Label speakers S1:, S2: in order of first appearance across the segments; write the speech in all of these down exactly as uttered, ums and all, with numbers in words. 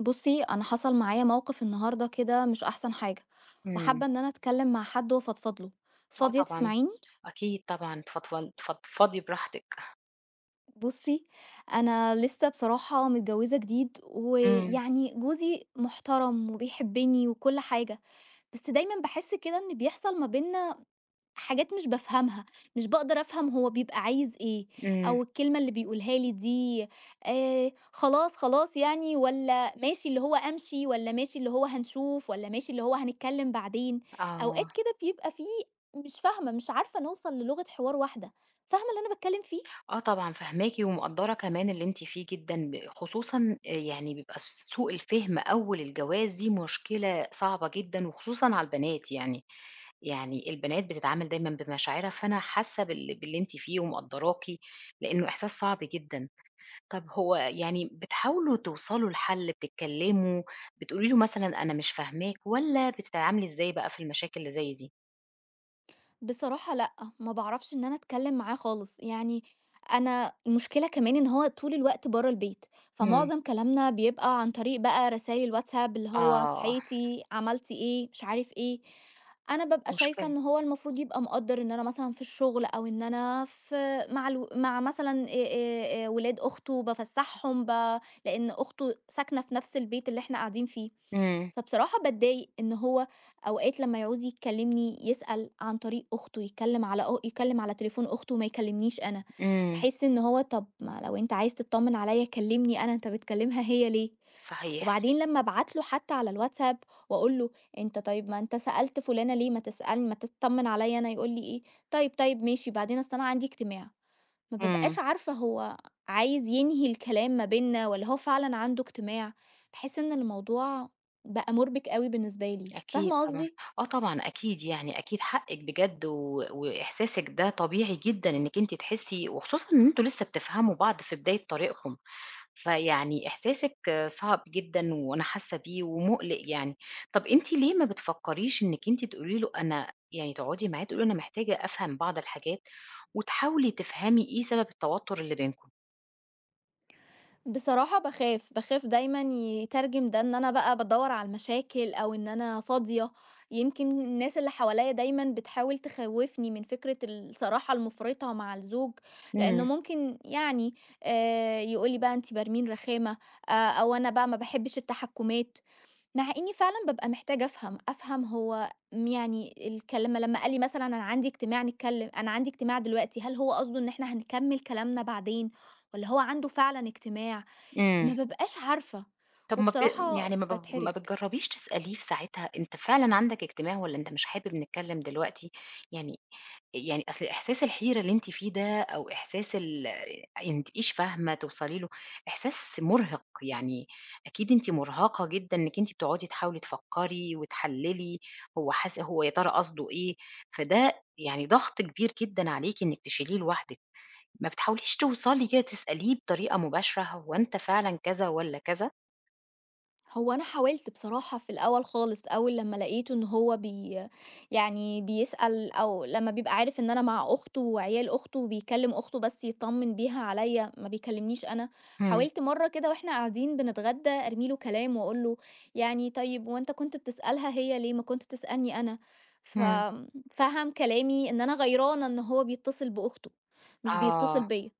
S1: بصي، انا حصل معايا موقف النهارده كده، مش احسن حاجه.
S2: إمم.
S1: وحابه ان انا اتكلم مع حد وافضفض له.
S2: آه
S1: فاضيه
S2: طبعًا،
S1: تسمعيني؟
S2: أكيد طبعًا، تفضفل تفضفضي براحتك.
S1: بصي، انا لسه بصراحه متجوزه جديد،
S2: إمم.
S1: ويعني جوزي محترم وبيحبني وكل حاجه. بس دايما بحس كده ان بيحصل ما بينا حاجات مش بافهمها، مش باقدر أفهم هو بيبقى عايز إيه،
S2: إمم.
S1: أو الكلمة اللي بيقولها لي دي. آآ خلاص، خلاص يعني، والّا ماشي اللي هو أمشي، والّا ماشي اللي هو هنشوف، والّا ماشي اللي هو هنتكلم بعدين.
S2: آه.
S1: أوقات كده بيبقى في مش فاهمة، مش عارفة نوصل للغة حوار واحدة. فاهمة اللي أنا باتكلم فيه؟
S2: آه طبعًا فاهماكِ ومقدّرة كمان اللي أنتِ فيه جدًا، ب خصوصًا آآ يعني بيبقى سوء الفهم أول الجواز دي مشكلة صعبة جدًا وخصوصًا على البنات يعني، يعني البنات بتتعامل دايمًا بمشاعرها، فأنا حاسة بال باللي أنتِ فيه ومقدّراكِ، لإنه إحساس صعب جدًا. طب هو يعني بتحاولوا توصلوا لحل، بتتكلموا، بتقولي له مثلًا أنا مش فاهماك، والّا بتتعاملي إزاي بقى في المشاكل اللي زي دي؟
S1: بصراحة لأ، ما باعرفش إن أنا أتكلّم معاه خالص، يعني أنا المشكلة كمان إن هو طول الوقت برّه البيت،
S2: إمم.
S1: فمعظم كلامنا بيبقى عن طريق بقى رسايل واتساب، اللي هو
S2: آه،
S1: صحيتِ، عملتِ إيه، مش عارف إيه. أنا بابقى شايفة
S2: مشكلة.
S1: إن هو المفروض يبقى مقدّر إن أنا مثلًا في الشغل، أو إن أنا في مع الو مع مثلًا آآ آآ آآ ولاد أخته بافسّحهم ب، لإن أخته ساكنة في نفس البيت اللي إحنا قاعدين فيه.
S2: إمم.
S1: فبصراحة باتضايق إن هو أوقات لمّا يعوز يكلّمني يسأل عن طريق أخته، يتكلّم على أ يتكلّم على تليفون أخته، ما يكلّمنيش أنا.
S2: إمم.
S1: باحس إن هو طَب ما لو أنت عايز تتطمّن عليّا كلّمني أنا، أنت بتكلّمها هي ليه؟
S2: صحيح.
S1: وبعدين لمّا أبعت له حتى على الواتساب وأقول له: "أنت طيب ما أنت سألت فُلانة ليه، ما تسألني ما تتطمّن عليّا أنا." يقول لي إيه: "طيب، طيب ماشي، بعدين أصل أنا عندي اجتماع." ما بابقاش
S2: إمم.
S1: عارفة هو عايز ينهي الكلام ما بيننا والّا هو فعلًا عنده اجتماع. باحس إن الموضوع بقى مُربِك أوي بالنسبة لي،
S2: أكيد
S1: فاهمة
S2: طبعًا.
S1: قصدي؟
S2: آه طبعًا أكيد يعني أكيد حقِّك بجد و وإحساسِك ده طبيعي جدًا إنِّك أنتِ تحسي وخصوصًا إن أنتم لسه بتفهموا بعض في بداية طريقكم. فيعني إحساسِك صعب جدًا وأنا حاسة بيه ومُقلِق يعني. طَب أنتِ ليه ما بتفكّريش إنِّك أنتِ تقولي له أنا يعني تقعُدي معاه تقولي له أنا محتاجة أفهم بعض الحاجات وتحاولي تفهمي إيه سبب التوتُّر اللي بينكم؟
S1: بصراحة باخاف، باخاف دايمًا يترجم ده إن أنا بقى بادوّر على المشاكل، أو إن أنا فاضية. يمكن الناس اللي حواليّا دايمًا بتحاول تخوّفني من فكرة الصراحة المُفرطة مع الزوج، لإنه
S2: إمم.
S1: ممكن يعني آآ يقول لي بقى أنتِ برمين رخامة، آآ أو أنا بقى ما باحبش التحكُّمات. مع إني فعلًا بابقى محتاجة أفهم، أفهم هو م يعني الكلمة لمّا قال لي مثلًا أنا عندي اجتماع نتكلم أنا عندي اجتماع دلوقتي، هل هو قصده إن إحنا هنكمّل كلامنا بعدين والّا هو عنده فعلًا اجتماع؟ ما
S2: إمم.
S1: بابقاش عارفة،
S2: طَب ما بت
S1: وبصراحة
S2: يعني ما ب ما
S1: باتحرج.
S2: بتجرّبيش تسأليه في ساعتها أنت فعلًا عندك اجتماع والّا أنت مش حابب نتكلّم دلوقتي؟ يعني يعني أصل إحساس الحيرة اللي أنتِ فيه ده أو إحساس ال أنتِ مش فاهمة توصلي له، إحساس مرهق، يعني أكيد أنتِ مرهقة جدًا إنِّك أنتِ بتقعدي تحاولي تفكّري وتحلّلي هو حاس هو يا ترى قصده إيه، فده يعني ضغط كبير جدًا عليكِ إنِّك تشيليه لوحدِك، ما بتحاوليش توصلي كده تسأليه بطريقة مباشرة هو أنت فعلًا كذا والّا كذا؟
S1: هو أنا حاولت بصراحة في الأول خالص، أول لمّا لقيته إن هو بي يعني بيسأل، أو لمّا بيبقى عارف إن أنا مع أخته وعيال أخته، وبيكلم أخته بس يطمن بيها عليّا، ما بيكلمنيش أنا.
S2: إمم.
S1: حاولت مرّة كده وإحنا قاعدين بنتغدى أرمي له كلام وأقول له يعني: "طيب هو أنت كنت بتسألها هي ليه؟ ما كنت تسألني أنا."
S2: إمم.
S1: ففَهم كلامي إن أنا غيرانة إن هو بيتصل بأخته، مش بيتصل
S2: آه.
S1: بيّا.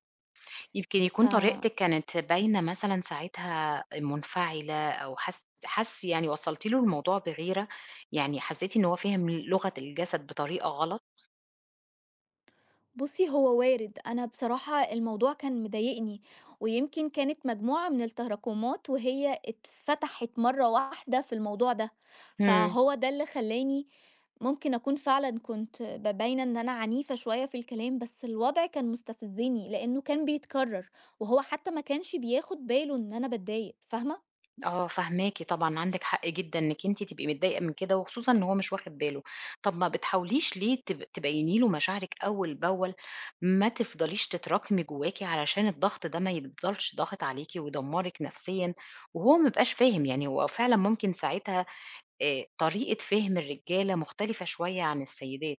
S2: يمكن
S1: ف
S2: يكون طريقتِك كانت باينة مثلًا ساعتها منفعلة أو حس حس يعني وصّلتِ له الموضوع بغيرة، يعني حسّيتِ إن هو فِهم لغة الجسد بطريقة غلط؟
S1: بُصّي، هو وارد. أنا بصراحة الموضوع كان مضايقني، ويمكن كانت مجموعة من التراكمات وهي اتفتحت مرّة واحدة في الموضوع ده،
S2: إمم.
S1: فهو ده اللي خلّاني ممكن أكون فعلًا كنت ب باينة إن أنا عنيفة شوية في الكلام، بس الوضع كان مستفزني لإنه كان بيتكرر، وهو حتى ما كانش بياخد باله إن أنا باتضايق، فاهمة؟
S2: آه فاهماكِ طبعًا، عندِك حق جدًا إنِّك أنتِ تبقي متضايقة من كده وخصوصًا إن هو مش واخد باله. طَب ما بتحاوليش ليه تب تبيّني له مشاعرِك أول بأول، ما تفضليش تتراكمي جواكِ علشان الضغط ده ما يفضلش ضاغط عليكِ ويدمّرِك نفسيًا وهو ما بيبقاش فاهم، يعني هو فعلًا ممكن ساعتها آآ طريقة فهم الرجالة مختلفة شوية عن السيدات،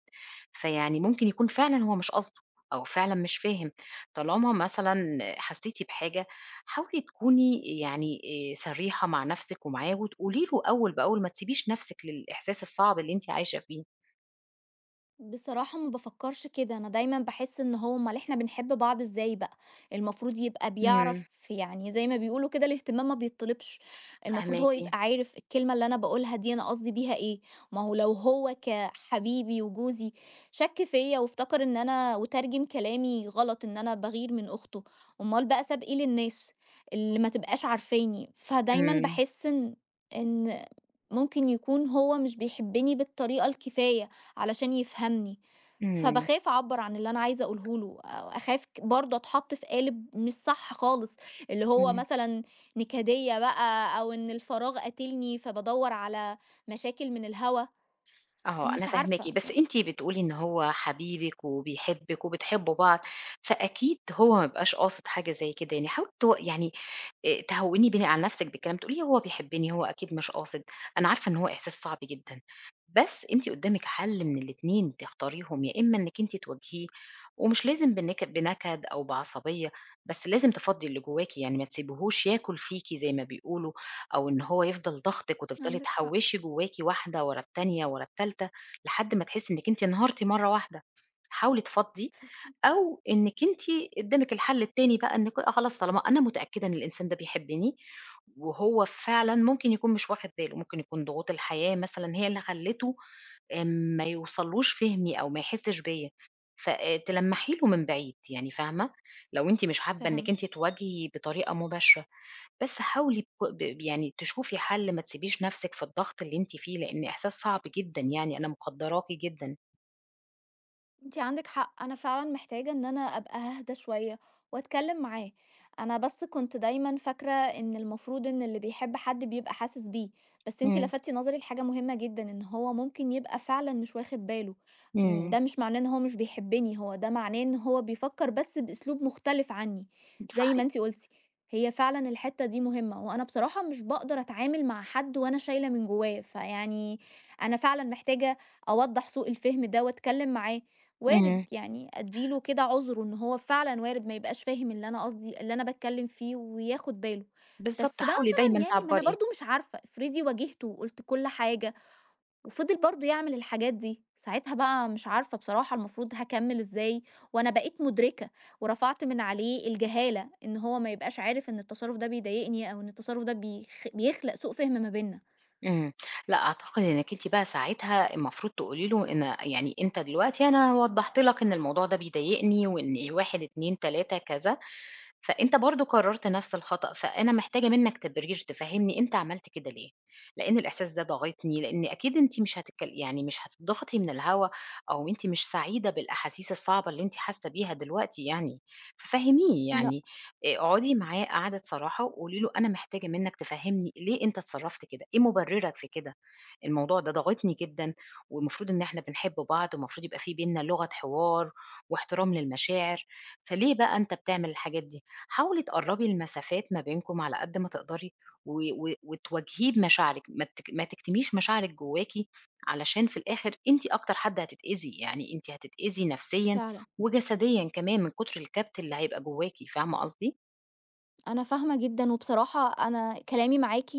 S2: فيعني ممكن يكون فعلًا هو مش قصده أو فعلًا مش فاهم، طالما مثلًا حسيتِ بحاجة حاولي تكوني يعني آآ صريحة مع نفسِك ومعاه وتقولي له أول بأول، ما تسيبيش نفسِك للإحساس الصعب اللي أنتِ عايشة فيه.
S1: بصراحة ما بفكرش كده، أنا دايما بحس إن هو أمال إحنا بنحب بعض إزاي. بقى المفروض يبقى
S2: إمم.
S1: بيعرف، يعني زي ما بيقولوا كده الاهتمام ما بيطلبش. المفروض هو
S2: فاهماكِ.
S1: يبقى عارف الكلمة اللي أنا بقولها دي أنا قصدي بيها إيه. ما هو لو هو كحبيبي وجوزي شك فيا وافتكر إن أنا وترجم كلامي غلط إن أنا بغير من أخته، أمال بقى ساب إيه للناس اللي ما تبقاش عارفاني؟ فدايما
S2: إمم.
S1: بحس إن إن ممكن يكون هو مش بيحبني بالطريقة الكفاية علشان يفهمني.
S2: إمم.
S1: فباخاف أعبّر عن اللي أنا عايزة أقوله له، أو أخاف ك برضه أتحط في قالب مش صح خالص، اللي هو
S2: إمم.
S1: مثلًا نكدية بقى، أو إن الفراغ قاتلني فبادوّر على مشاكل من الهوا،
S2: آه، أنا
S1: مش
S2: فاهماكِ،
S1: عارفة
S2: بس
S1: يعني.
S2: أنتِ بتقولي إن هو حبيبِك وبيحبِّك وبتحبّوا بعض، فأكيد هو ما بيبقاش قاصد حاجة زي كده يعني، حاولي تو يعني آآ تهوّني بين على نَفْسِك بالكلام، تقولي هو بيحبّني، هو أكيد مش قاصد، أنا عارفة إن هو إحساس صعب جدًا، بس أنتِ قُدّامِك حَل من الاتنين تختاريهم، يا إمّا إنِّك أنتِ تواجهيه ومش لازم بنك بنكد أو بعصبية، بس لازم تفضّي اللي جواكِ، يعني ما تسيبيهوش ياكل فيكِ زي ما بيقولوا. أو إن هو يفضل ضاغطِك وتفضلي
S1: عندِك حق.
S2: تحوّشي جواكِ واحدة ورا التانية ورا التالتة، لحد ما تحسّي إنِّك أنتِ انهارتِ مرّة واحدة. حاولي تفضّي
S1: ف
S2: أو إنِّك أنتِ قدّامِك الحل التاني بقى إنِّك آه خلاص طالما أنا متأكدة إن الإنسان ده بيحبّني وهو فعلًا ممكن يكون مش واخِد باله، ممكن يكون ضغوط الحياة مثلًا هي اللي خلّته آآ ما يوصلّوش فهمي أو ما يحسّش بيّا، ف آآ تلمّحي له من بعيد يعني فاهمة؟ لو أنتِ مش حابّة إنِّك
S1: فهمت.
S2: أنتِ تواجهي بطريقة مباشرة، بس حاولي بك ب يعني تشوفي حل، ما تسيبيش نَفْسِك في الضغط اللي أنتِ فيه، لإن إحساس صعب جدًا يعني، أنا مقدّراكِ جدًا.
S1: أنتِ عندِك حق، أنا فعلًا محتاجة إن أنا أبقى أهدى شوية وأتكلم معاه. أنا بس كنت دايمًا فاكرة إن المفروض إن اللي بيحب حد بيبقى حاسس بيه، بس أنتِ
S2: إمم.
S1: لفتِ نظري لحاجة مهمة جدًا، إن هو ممكن يبقى فعلًا مش واخد باله. م
S2: إمم.
S1: ده مش معناه إن هو مش بيحبني، هو ده معناه إن هو بيفكر بس بأسلوب مختلف عني، زي ما
S2: صحيح.
S1: أنتِ قلتِ. هي فعلًا الحتة دي مهمة، وأنا بصراحة مش باقدر أتعامل مع حد وأنا شايلة من جواه، فيعني أنا فعلًا محتاجة أوضّح سوء الفهم ده وأتكلم معاه. وارد
S2: إمم.
S1: يعني أدّي له كده عُذره إن هو فعلًا وارد ما يبقاش فاهم اللي أنا قصدي اللي أنا باتكلّم فيه وياخُد باله.
S2: بالضبط،
S1: بس بقى
S2: حاولي
S1: مثلًا
S2: دايمًا
S1: يعني، ما أنا
S2: تعبّري.
S1: برضه مش عارفة، افرضي واجهته وقُلت كل حاجة وفضل برضه يعمل الحاجات دي، ساعتها بقى مش عارفة بصراحة المفروض هاكمّل إزاي، وأنا بقيت مُدركة ورفعت من عليه الجهالة، إن هو ما يبقاش عارف إن التصرُّف ده بيضايقني، أو إن التصرُّف ده بيخ بيخلق سوء فِهم ما بيننا.
S2: إمم. لأ، أعتقد إنِّك أنتِ بقى ساعتها المفروض تقولي له أنا يعني أنت دلوقتي أنا وضّحت لك إن الموضوع ده بيضايقني وإن واحد، اتنين، تلاتة كذا. فأنت برضه قرّرت نفس الخطأ، فأنا محتاجة منّك تبرير تفهّمني أنت عملت كده ليه، لإن الإحساس ده ضاغطني، لإن أكيد أنتِ مش هتتكل يعني مش هتتضغطي من الهوا أو أنتِ مش سعيدة بالأحاسيس الصعبة اللي أنتِ حاسة بيها دلوقتي يعني، ففهّميه
S1: لأ،
S2: يعني، آآ اقعدي معاه قعدة صراحة وقولي له أنا محتاجة منّك تفهّمني ليه أنت اتصرّفت كده، إيه مُبرِّرك في كده؟ الموضوع ده ضاغطني جدًا، والمفروض إن إحنا بنحب بعض، والمفروض يبقى في بيننا لغة حوار، واحترام للمشاعر، فليه بقى أنت بتعمل الحاجات دي؟ حاولي تقرّبي المسافات ما بينكم على قد ما تقدري، و و وتواجهيه بمشاعرِك، ما تك ما تكتميش مشاعرِك جواكِ، علشان في الآخر أنتِ أكتر حد هتتأذي، يعني أنتِ هتتأذي نفسيًا
S1: فعلًا.
S2: وجسديًا كمان من كتر الكبت اللي هيبقى جواكِ، فاهمة قصدي؟
S1: أنا فاهمة جدًا، وبصراحة أنا كلامي معاكِ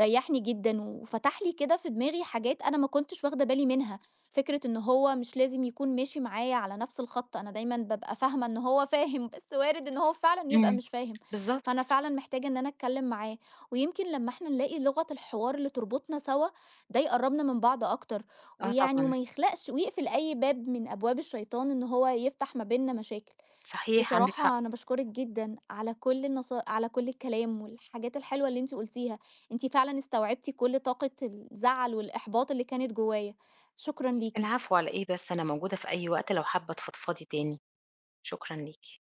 S1: ريّحني جدًا، وفتح لي كده في دماغي حاجات أنا ما كنتش واخدة بالي منها، فكرة إن هو مش لازم يكون ماشي معايا على نفس الخط. أنا دايمًا بابقى فاهمة إن هو فاهم، بس وارد إن هو فعلًا يبقى
S2: إمم.
S1: مش فاهم. فأنا
S2: بالضبط،
S1: فعلًا محتاجة إن أنا أتكلم معاه، ويمكن لمّا إحنا نلاقي لغة الحوار اللي تربطنا سوا، ده يقرّبنا من بعض أكتر،
S2: آه
S1: ويعني
S2: طبعًا،
S1: وما يخلقش ويقفل أي باب من أبواب الشيطان إن هو يفتح ما بيننا مشاكل.
S2: صحيح عندِك حق.
S1: بصراحة أنا باشكرِك جدًا على كل النصا على كل الكلام والحاجات الحلوة اللي أنتِ قُلتيها، أنتِ فعلًا استوعبتِ كل طاقة الزعل والإحباط اللي كانت جوايا، شكرًا ليكِ.
S2: العفو على إيه بس أنا موجودة في أي وقت لو حابة تفضفضي تاني شكرا ليكِ.